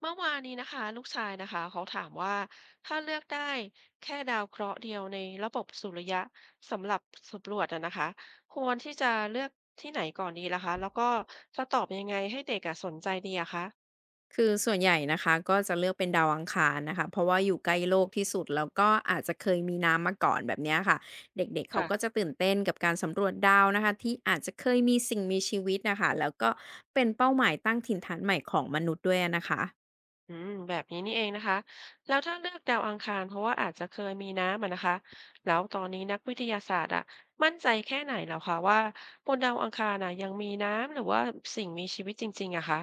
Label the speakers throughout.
Speaker 1: เมื่อวานนี้นะคะลูกชายนะคะเขาถามว่าถ้าเลือกได้แค่ดาวเคราะห์เดียวในระบบสุริยะสำหรับสำรวจอะนะคะควรที่จะเลือกที่ไหนก่อนดีล่ะคะแล้วก็จะตอบยังไงให้เด็กอะสนใจดีอะคะ
Speaker 2: คือส่วนใหญ่นะคะก็จะเลือกเป็นดาวอังคารนะคะเพราะว่าอยู่ใกล้โลกที่สุดแล้วก็อาจจะเคยมีน้ำมาก่อนแบบเนี้ยค่ะเด็กๆเขาก็
Speaker 1: ค่ะ
Speaker 2: จะตื่นเต้นกับการสำรวจดาวนะคะที่อาจจะเคยมีสิ่งมีชีวิตนะคะแล้วก็เป็นเป้าหมายตั้งถิ่นฐานใหม่ของมนุษย์ด้วยนะคะ
Speaker 1: อืมแบบนี้นี่เองนะคะแล้วถ้าเลือกดาวอังคารเพราะว่าอาจจะเคยมีน้ำอะนะคะแล้วตอนนี้นักวิทยาศาสตร์อะมั่นใจแค่ไหนแล้วคะว่าบนดาวอังคารน่ะยังมีน้ำหรือว่าสิ่งมีชีวิตจริงๆอะคะ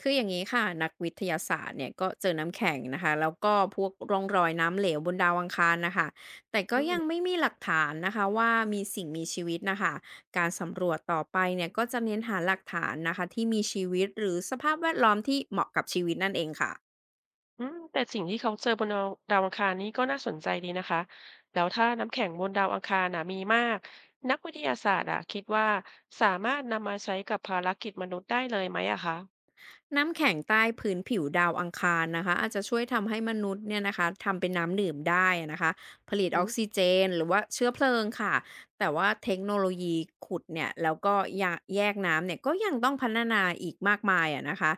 Speaker 2: คืออย่างนี้ค่ะนักวิทยาศาสตร์เนี่ยก็เจอน้ำแข็งนะคะแล้วก็พวกร่องรอยน้ำเหลวบนดาวอังคารนะคะแต่ก็
Speaker 1: อื
Speaker 2: ยั
Speaker 1: ม
Speaker 2: งไม่มีหลักฐานนะคะว่ามีสิ่งมีชีวิตนะคะการสำรวจต่อไปเนี่ยก็จะเน้นหาหลักฐานนะคะที่มีชีวิตหรือสภาพแวดล้อมที่เหมาะกับชีวิตนั่นเองค่ะ
Speaker 1: อืมแต่สิ่งที่เขาเจอบนดาวดาวอังคารนี้ก็น่าสนใจดีนะคะ แล้วถ้าน้ำแข็งบนดาวอังคารน่ะมีมากนักวิทยาศาสตร์อะคิดว่าสามารถนำมาใช้กับภารกิจมนุษย์ได้เลยไหมอะคะ
Speaker 2: น้ำแข็งใต้พื้นผิวดาวอังคารนะคะอาจจะช่วยทำให้มนุษย์เนี่ยนะคะทำเป็นน้ำดื่มได้นะคะผลิ
Speaker 1: อื
Speaker 2: ต
Speaker 1: อ
Speaker 2: อ
Speaker 1: หื
Speaker 2: อกซิเจนหรือว่าเชื้อเพลิงค่ะแต่ว่าเทคโนโลยีขุดเนี่ยแล้วก็ยะแยกน้ำเนี่ยก็ยังต้องพัฒนาอีกมากมายอะนะคะ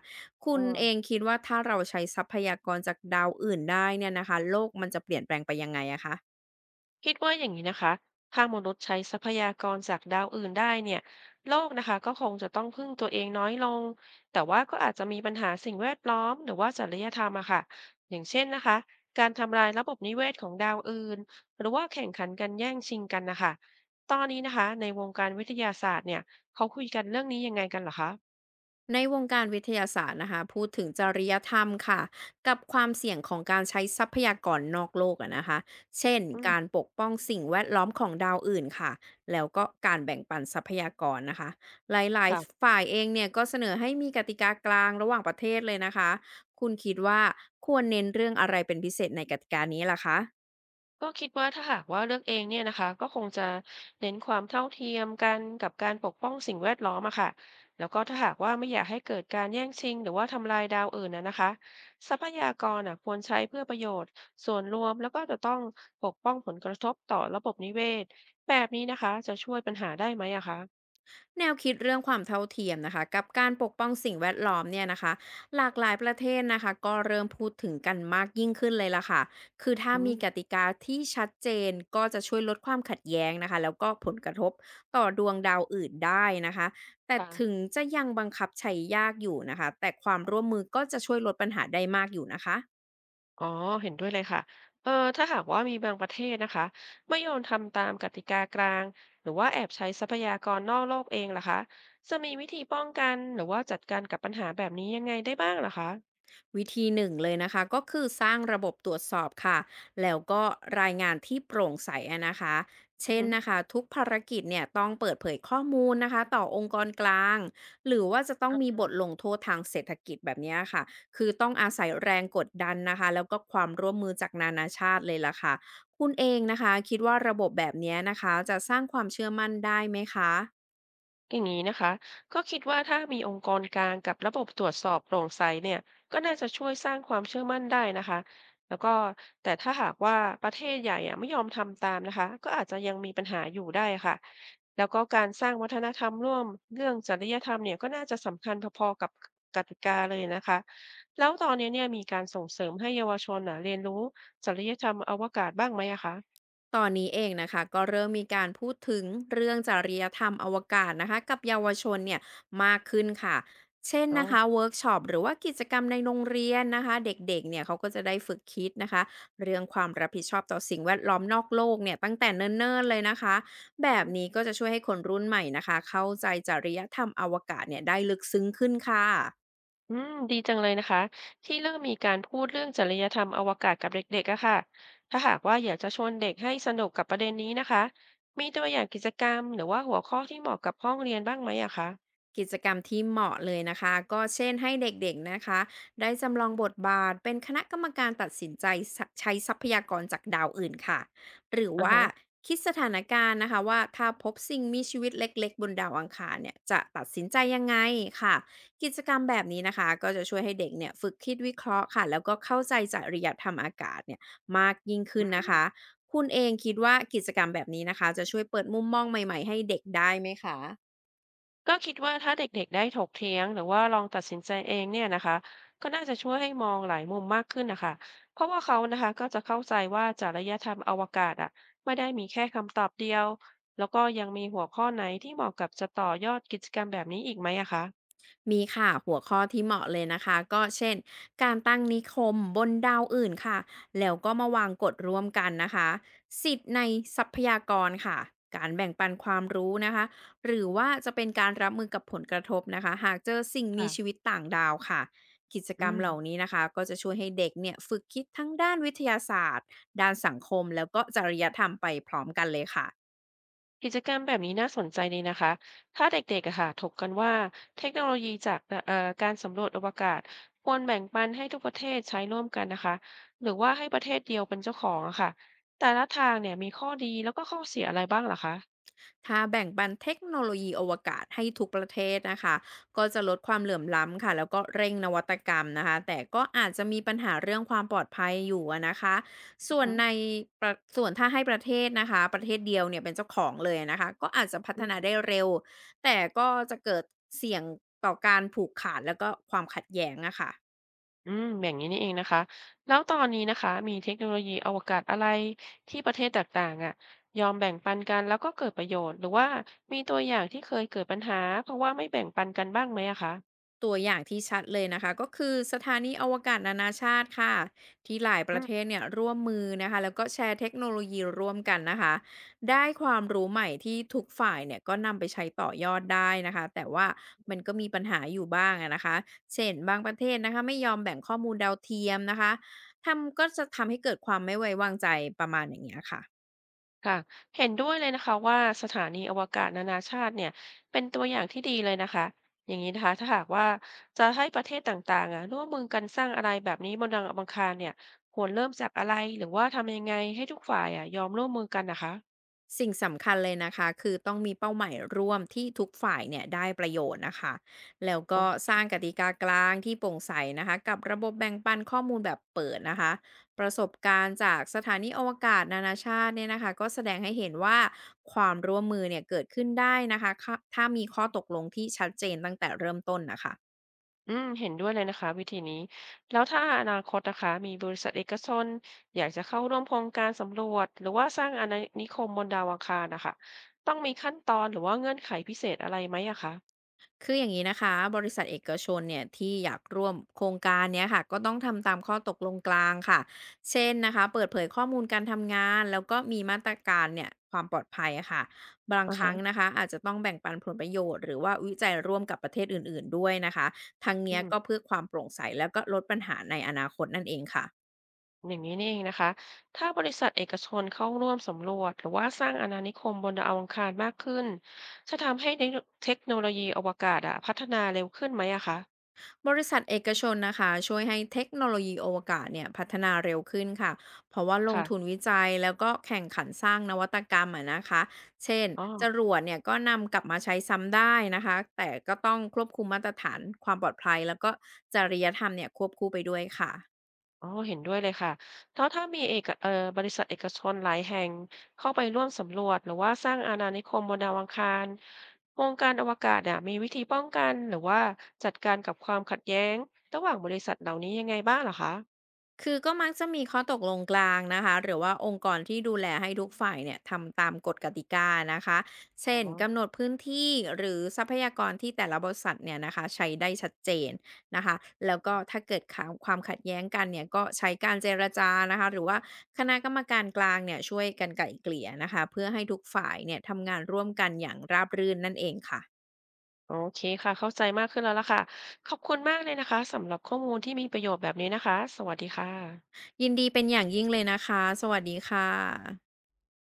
Speaker 2: คุ
Speaker 1: อ
Speaker 2: ณ
Speaker 1: ออ
Speaker 2: เองคิดว่าถ้าเราใช้ทรัพยากรจากดาวอื่นได้เนี่ยนะคะโลกมันจะเปลี่ยนแปลงไปยังไงอะคะ
Speaker 1: คิดว่าอย่างนี้นะคะถ้ามนุษย์ใช้ทรัพยากรจากดาวอื่นได้เนี่ยโลกนะคะก็คงจะต้องพึ่งตัวเองน้อยลงแต่ว่าก็อาจจะมีปัญหาสิ่งแวดล้อมหรือว่าจริยธรรมอะค่ะอย่างเช่นนะคะการทำลายระบบนิเวศของดาวอื่นหรือว่าแข่งขันกันแย่งชิงกันนะคะตอนนี้นะคะในวงการวิทยาศาสตร์เนี่ยเขาคุยกันเรื่องนี้ยังไงกันเหรอคะ
Speaker 2: ในวงการวิทยาศาสตร์นะคะพูดถึงจริยธรรมค่ะกับความเสี่ยงของการใช้ทรัพยากรนอกโลกอะนะคะเช่น
Speaker 1: อื
Speaker 2: การ
Speaker 1: ม
Speaker 2: ปกป้องสิ่งแวดล้อมของดาวอื่นค่ะแล้วก็การแบ่งปันทรัพยากรนะคะหลายๆ
Speaker 1: ค่ะ
Speaker 2: ฝ่ายเองเนี่ยก็เสนอให้มีกติกากลางระหว่างประเทศเลยนะคะคุณคิดว่าควรเน้นเรื่องอะไรเป็นพิเศษในกติกานี้ล่ะคะ
Speaker 1: ก็คิดว่าถ้าหากว่าเลือกเองเนี่ยนะคะก็คงจะเน้นความเท่าเทียมกันกับการปกป้องสิ่งแวดล้อมอะค่ะแล้วก็ถ้าหากว่าไม่อยากให้เกิดการแย่งชิงหรือว่าทำลายดาวอื่นนะนะคะทรัพยากรอะควรใช้เพื่อประโยชน์ส่วนรวมแล้วก็จะต้องปกป้องผลกระทบต่อระบบนิเวศแบบนี้นะคะจะช่วยปัญหาได้ไหมอะคะ
Speaker 2: แนวคิดเรื่องความเท่าเทียมนะคะกับการปกป้องสิ่งแวดล้อมเนี่ยนะคะหลากหลายประเทศนะคะก็เริ่มพูดถึงกันมากยิ่งขึ้นเลยล่ะค่ะคือถ้า
Speaker 1: อื
Speaker 2: มี
Speaker 1: ม
Speaker 2: กติกาที่ชัดเจนก็จะช่วยลดความขัดแย้งนะคะแล้วก็ผลกระทบต่อดวงดาวอื่นได้นะคะแต่
Speaker 1: ค่ะ
Speaker 2: ถึงจะยังบังคับใช้ยากอยู่นะคะแต่ความร่วมมือก็จะช่วยลดปัญหาได้มากอยู่นะคะ
Speaker 1: อ๋อเห็นด้วยเลยค่ะเออถ้าหากว่ามีบางประเทศนะคะไม่ยอมทำตามกติกากลางหรือว่าแอบใช้ทรัพยากรนอกโลกเองล่ะคะจะมีวิธีป้องกันหรือว่าจัดการกับปัญหาแบบนี้ยังไงได้บ้างล่ะคะ
Speaker 2: วิธีหนึ่งเลยนะคะก็คือสร้างระบบตรวจสอบค่ะแล้วก็รายงานที่โปร่งใสอะนะคะ
Speaker 1: อือ
Speaker 2: เช่น
Speaker 1: หือ
Speaker 2: นะคะทุกภารกิจเนี่ยต้องเปิดเผยข้อมูลนะคะต่อองค์กรกลางหรือว่าจะต้อง
Speaker 1: อ
Speaker 2: มีบท
Speaker 1: ื
Speaker 2: ลงโทษทางเศรษฐกิจแบบเนี้ยค่ะคือต้องอาศัยแรงกดดันนะคะแล้วก็ความร่วมมือจากนานาชาติเลยล่ะค่ะคุณเองนะคะคิดว่าระบบแบบเนี้ยนะคะจะสร้างความเชื่อมั่นได้ไหมคะ
Speaker 1: อย่างนี้นะคะก็คิดว่าถ้ามีองค์กรกลางกับระบบตรวจสอบโปร่งใสเนี่ยก็น่าจะช่วยสร้างความเชื่อมั่นได้นะคะแล้วก็แต่ถ้าหากว่าประเทศใหญ่อะไม่ยอมทำตามนะคะก็อาจจะยังมีปัญหาอยู่ได้ค่ะ แล้วก็การสร้างวัฒนธรรมร่วมเรื่องจริยธรรมเนี่ยก็น่าจะสำคัญพอๆกับกติกาเลยนะคะแล้วตอนนี้เนี่ยมีการส่งเสริมให้เยาวชนน่ะเรียนรู้จริยธรรมอวกาศบ้างไหมอะคะ
Speaker 2: ตอนนี้เองนะคะก็เริ่มมีการพูดถึงเรื่องจริยธรรมอวกาศนะคะกับเยาวชนเนี่ยมากขึ้นค่ะเช่น
Speaker 1: อ๋อ
Speaker 2: นะคะเวิร์กช็อปหรือว่ากิจกรรมในโรงเรียนนะคะเด็กๆเนี่ยเขาก็จะได้ฝึกคิดนะคะเรื่องความรับผิดชอบต่อสิ่งแวดล้อมนอกโลกเนี่ยตั้งแต่เนิ่นๆเลยนะคะแบ
Speaker 1: อื
Speaker 2: บ
Speaker 1: อ
Speaker 2: นี้ก็จะช่วยให้คนรุ่นใหม่นะคะเข้าใจจริยธรรมอวกาศเนี่ยได้ลึกซึ้งขึ้นค่ะ
Speaker 1: อืมดีจังเลยนะคะที่เริ่มมีการพูดเรื่องจริยธรรมอวกาศกับเด็กๆอะค่ะถ้าหากว่าอยากจะชวนเด็กให้สนุกกับประเด็นนี้นะคะมีตัวอย่างกิจกรรมหรือว่าหัวข้อที่เหมาะกับห้องเรียนบ้างไหมอะคะ
Speaker 2: กิจกรรมที่เหมาะเลยนะคะก็เช่นให้เด็กๆนะคะได้จำลองบทบาทเป็นคณะกรรมการตัดสินใจสะใช้ทรัพยากรจากดาวอื่นค่ะหรือ
Speaker 1: อา
Speaker 2: ว่า
Speaker 1: ฮะ
Speaker 2: คิดสถานการณ์นะคะว่าถ้าพบสิ่งมีชีวิตเล็กๆบนดาวอังคารเนี่ยจะตัดสินใจยังไงค่ะกิจกรรมแบบนี้นะคะก็จะช่วยให้เด็กเนี่ยฝึกคิดวิเคราะห์ค่ะแล้วก็เข้าใจจริยธรรมอากาศเนี่ยมากยิ่งขึ้
Speaker 1: อื
Speaker 2: นนะคะ
Speaker 1: ม
Speaker 2: คุณเองคิดว่ากิจกรรมแบบนี้นะคะจะช่วยเปิดมุมมองใหม่ๆให้เด็กได้ไหมคะ
Speaker 1: ก็คิดว่าถ้าเด็กๆได้ถกเถียงหรือว่าลองตัดสินใจเองเนี่ยนะคะก็น่าจะช่วยให้มองหลายมุมมากขึ้นนะคะเพราะว่าเขานะคะก็จะเข้าใจว่าจริยธรรมอวกาศอ่ะไม่ได้มีแค่คำตอบเดียวแล้วก็ยังมีหัวข้อไหนที่เหมาะกับจะต่อยอดกิจกรรมแบบนี้อีกไหมอะคะ
Speaker 2: มีค่ะหัวข้อที่เหมาะเลยนะคะก็เช่นการตั้งนิคมบนดาวอื่นค่ะแล้วก็มาวางกฎร่วมกันนะคะสิทธิ์ในทรัพยากรค่ะการแบ่งปันความรู้นะคะหรือว่าจะเป็นการรับมือกับผลกระทบนะคะหากเจอสิ่งมีชี
Speaker 1: ค่ะ
Speaker 2: วิตต่างดาวค่ะกิจก
Speaker 1: อื
Speaker 2: รรม
Speaker 1: ม
Speaker 2: เหล่านี้นะคะก็จะช่วยให้เด็กเนี่ยฝึกคิดทั้งด้านวิทยาศาสตร์ด้านสังคมแล้วก็จริยธรรมไปพร้อมกันเลยค่ะ
Speaker 1: กิจกรรมแบบนี้น่าสนใจเลยนะคะถ้าเด็กๆอะค่ะถกกันว่าเทคโนโลยีจากเอ่อการสำรวจอวกาศควรแบ่งปันให้ทุกประเทศใช้ร่วมกันนะคะหรือว่าให้ประเทศเดียวเป็นเจ้าของอะค่ะแต่ละทางเนี่ยมีข้อดีแล้วก็ข้อเสียอะไรบ้างเหรอคะ
Speaker 2: ถ้าแบ่งปันเทคโนโลยีอวกาศให้ทุกประเทศนะคะก็จะลดความเหลื่อมล้ำค่ะแล้วก็เร่งนวัตกรรมนะคะแต่ก็อาจจะมีปัญหาเรื่องความปลอดภัยอยู่อะนะคะ
Speaker 1: อื
Speaker 2: ส่
Speaker 1: อ
Speaker 2: วน
Speaker 1: ฮึ
Speaker 2: ในประส่วนถ้าให้ประเทศนะคะประเทศเดียวเนี่ยเป็นเจ้าของเลยนะคะก็อาจจะพั
Speaker 1: อื
Speaker 2: ฒ
Speaker 1: ม
Speaker 2: นาได้เร็วแต่ก็จะเกิดเสี่ยงต่อการผูกขาดแล้วก็ความขัดแย้งอะค่ะ
Speaker 1: อืมอย่างนี้นี่เองนะคะแล้วตอนนี้นะคะมีเทคโนโลยีอวกาศอะไรที่ประเทศต่างๆอ่ะยอมแบ่งปันกันแล้วก็เกิดประโยชน์หรือว่ามีตัวอย่างที่เคยเกิดปัญหาเพราะว่าไม่แบ่งปันกันบ้างไหมอะคะ
Speaker 2: ตัวอย่างที่ชัดเลยนะคะก็คือสถานีอวกาศนานาชาติค่ะที่หลายประเทศเนี่ยร่วมมือนะคะแล้วก็แชร์เทคโนโลยีร่วมกันนะคะได้ความรู้ใหม่ที่ทุกฝ่ายเนี่ยก็นำไปใช้ต่อยอดได้นะคะแต่ว่ามันก็มีปัญหาอยู่บ้างอะนะคะเช่นบางประเทศนะคะไม่ยอมแบ่งข้อมูลดาวเทียมนะคะทำก็จะทำให้เกิดความไม่ไว้วางใจประมาณอย่างเงี้ยค่ะ
Speaker 1: ค่ะเห็นด้วยเลยนะคะว่าสถานีอวกาศนานาชาติเนี่ยเป็นตัวอย่างที่ดีเลยนะคะอย่างนี้นะคะถ้าหากว่าจะให้ประเทศต่างๆอ่ะร่วมมือกันสร้างอะไรแบบนี้บนดาวอังคารเนี่ยควรเริ่มจากอะไรหรือว่าทำยังไงให้ทุกฝ่ายอ่ะยอมร่วมมือกันนะคะ
Speaker 2: สิ่งสำคัญเลยนะคะคือต้องมีเป้าหมายร่วมที่ทุกฝ่ายเนี่ยได้ประโยชน์นะคะแล้ว
Speaker 1: โอ
Speaker 2: ก็ส
Speaker 1: ้
Speaker 2: ร้างกติกากลางที่โปร่งใสนะคะกับระบบแบ่งปันข้อมูลแบบเปิดนะคะประสบการณ์จากสถานีอวกาศนานาชาติเนี่ยนะคะก็แสดงให้เห็นว่าความร่วมมือเนี่ยเกิดขึ้นได้นะคะถ้ามีข้อตกลงที่ชัดเจนตั้งแต่เริ่มต้นนะคะ
Speaker 1: อืมเห็นด้วยเลยนะคะวิธีนี้แล้วถ้าอนาคตนะคะมีบริษัทเอกชนอยากจะเข้าร่วมโครงการสำรวจหรือว่าสร้างอาณานิคมบนดาวอังคารนะคะต้องมีขั้นตอนหรือว่าเงื่อนไขพิเศษอะไรไหมอะคะ
Speaker 2: คืออย่างนี้นะคะบริษัทเอกชนเนี่ยที่อยากร่วมโครงการเนี้ยค่ะก็ต้องทำตามข้อตกลงกลางค่ะเช่นนะคะเปิดเผยข้อมูลการทำงานแล้วก็มีมาตรการเนี่ยความปลอดภัยอะค่ะบาง
Speaker 1: อ่า
Speaker 2: ค
Speaker 1: ฮะ
Speaker 2: รั้งนะคะอาจจะต้องแบ่งปันผลประโยชน์หรือว่าวิจัยร่วมกับประเทศอื่นๆด้วยนะคะทั้งเนี้ยก็เพื่อความโปร่งใสแล้วก็ลดปัญหาในอนาคตนั่นเองค่ะ
Speaker 1: อย่างนี้นี่เองนะคะถ้าบริษัทเอกชนเข้าร่วมสำรวจหรือว่าสร้างอาณานิคมบนดาวอังคารมากขึ้น จะทำให้เทคโนโลยีอวกาศอะพัฒนาเร็วขึ้นไหมอะคะ
Speaker 2: บริษัทเอกชนนะคะช่วยให้เทคโนโลยีอวกาศเนี่ยพัฒนาเร็วขึ้นค่ะเพราะว่าลงทุน
Speaker 1: ค่ะ
Speaker 2: วิจัยแล้วก็แข่งขันสร้างนวัตกรรมอะนะคะเช่น
Speaker 1: อ๋อ
Speaker 2: จรวดเนี่ยก็นำกลับมาใช้ซ้ำได้นะคะแต่ก็ต้องควบคุมมาตรฐานความปลอดภัยแล้วก็จริยธรรมเนี่ยควบคู่ไปด้วยค่ะ
Speaker 1: อ๋อเห็นด้วยเลยค่ะแล้วถ้ามีเอกเอ่อบริษัทเอกชนหลายแห่งเข้าไปร่วมสำรวจหรือว่าสร้างอาณานิคมบนดาวอังคารวงการอวกาศอะมีวิธีป้องกันหรือว่าจัดการกับความขัดแย้งระหว่างบริษัทเหล่านี้ยังไงบ้างเหรอคะ
Speaker 2: คือก็มักจะมีข้อตกลงกลางนะคะหรือว่าองค์กรที่ดูแลให้ทุกฝ่ายเนี่ยทำตามกฎกติกานะคะ
Speaker 1: อ๋อ
Speaker 2: เช่นกำหนดพื้นที่หรือทรัพยากรที่แต่ละบริษัทเนี่ยนะคะใช้ได้ชัดเจนนะคะแล้วก็ถ้าเกิดความขัดแย้งกันเนี่ยก็ใช้การเจรจานะคะหรือว่าคณะกรรมการกลางเนี่ยช่วยกันไกล่เกลี่ยนะคะเพื่อให้ทุกฝ่ายเนี่ยทำงานร่วมกันอย่างราบรื่นนั่นเองค่ะ
Speaker 1: โอเคค่ะเข้าใจมากขึ้นแล้วล่ะค่ะขอบคุณมากเลยนะคะสำหรับข้อมูลที่มีประโยชน์แบบนี้นะคะสวัสดีค่ะ
Speaker 2: ยินดีเป็นอย่างยิ่งเลยนะคะสวัสดีค่ะ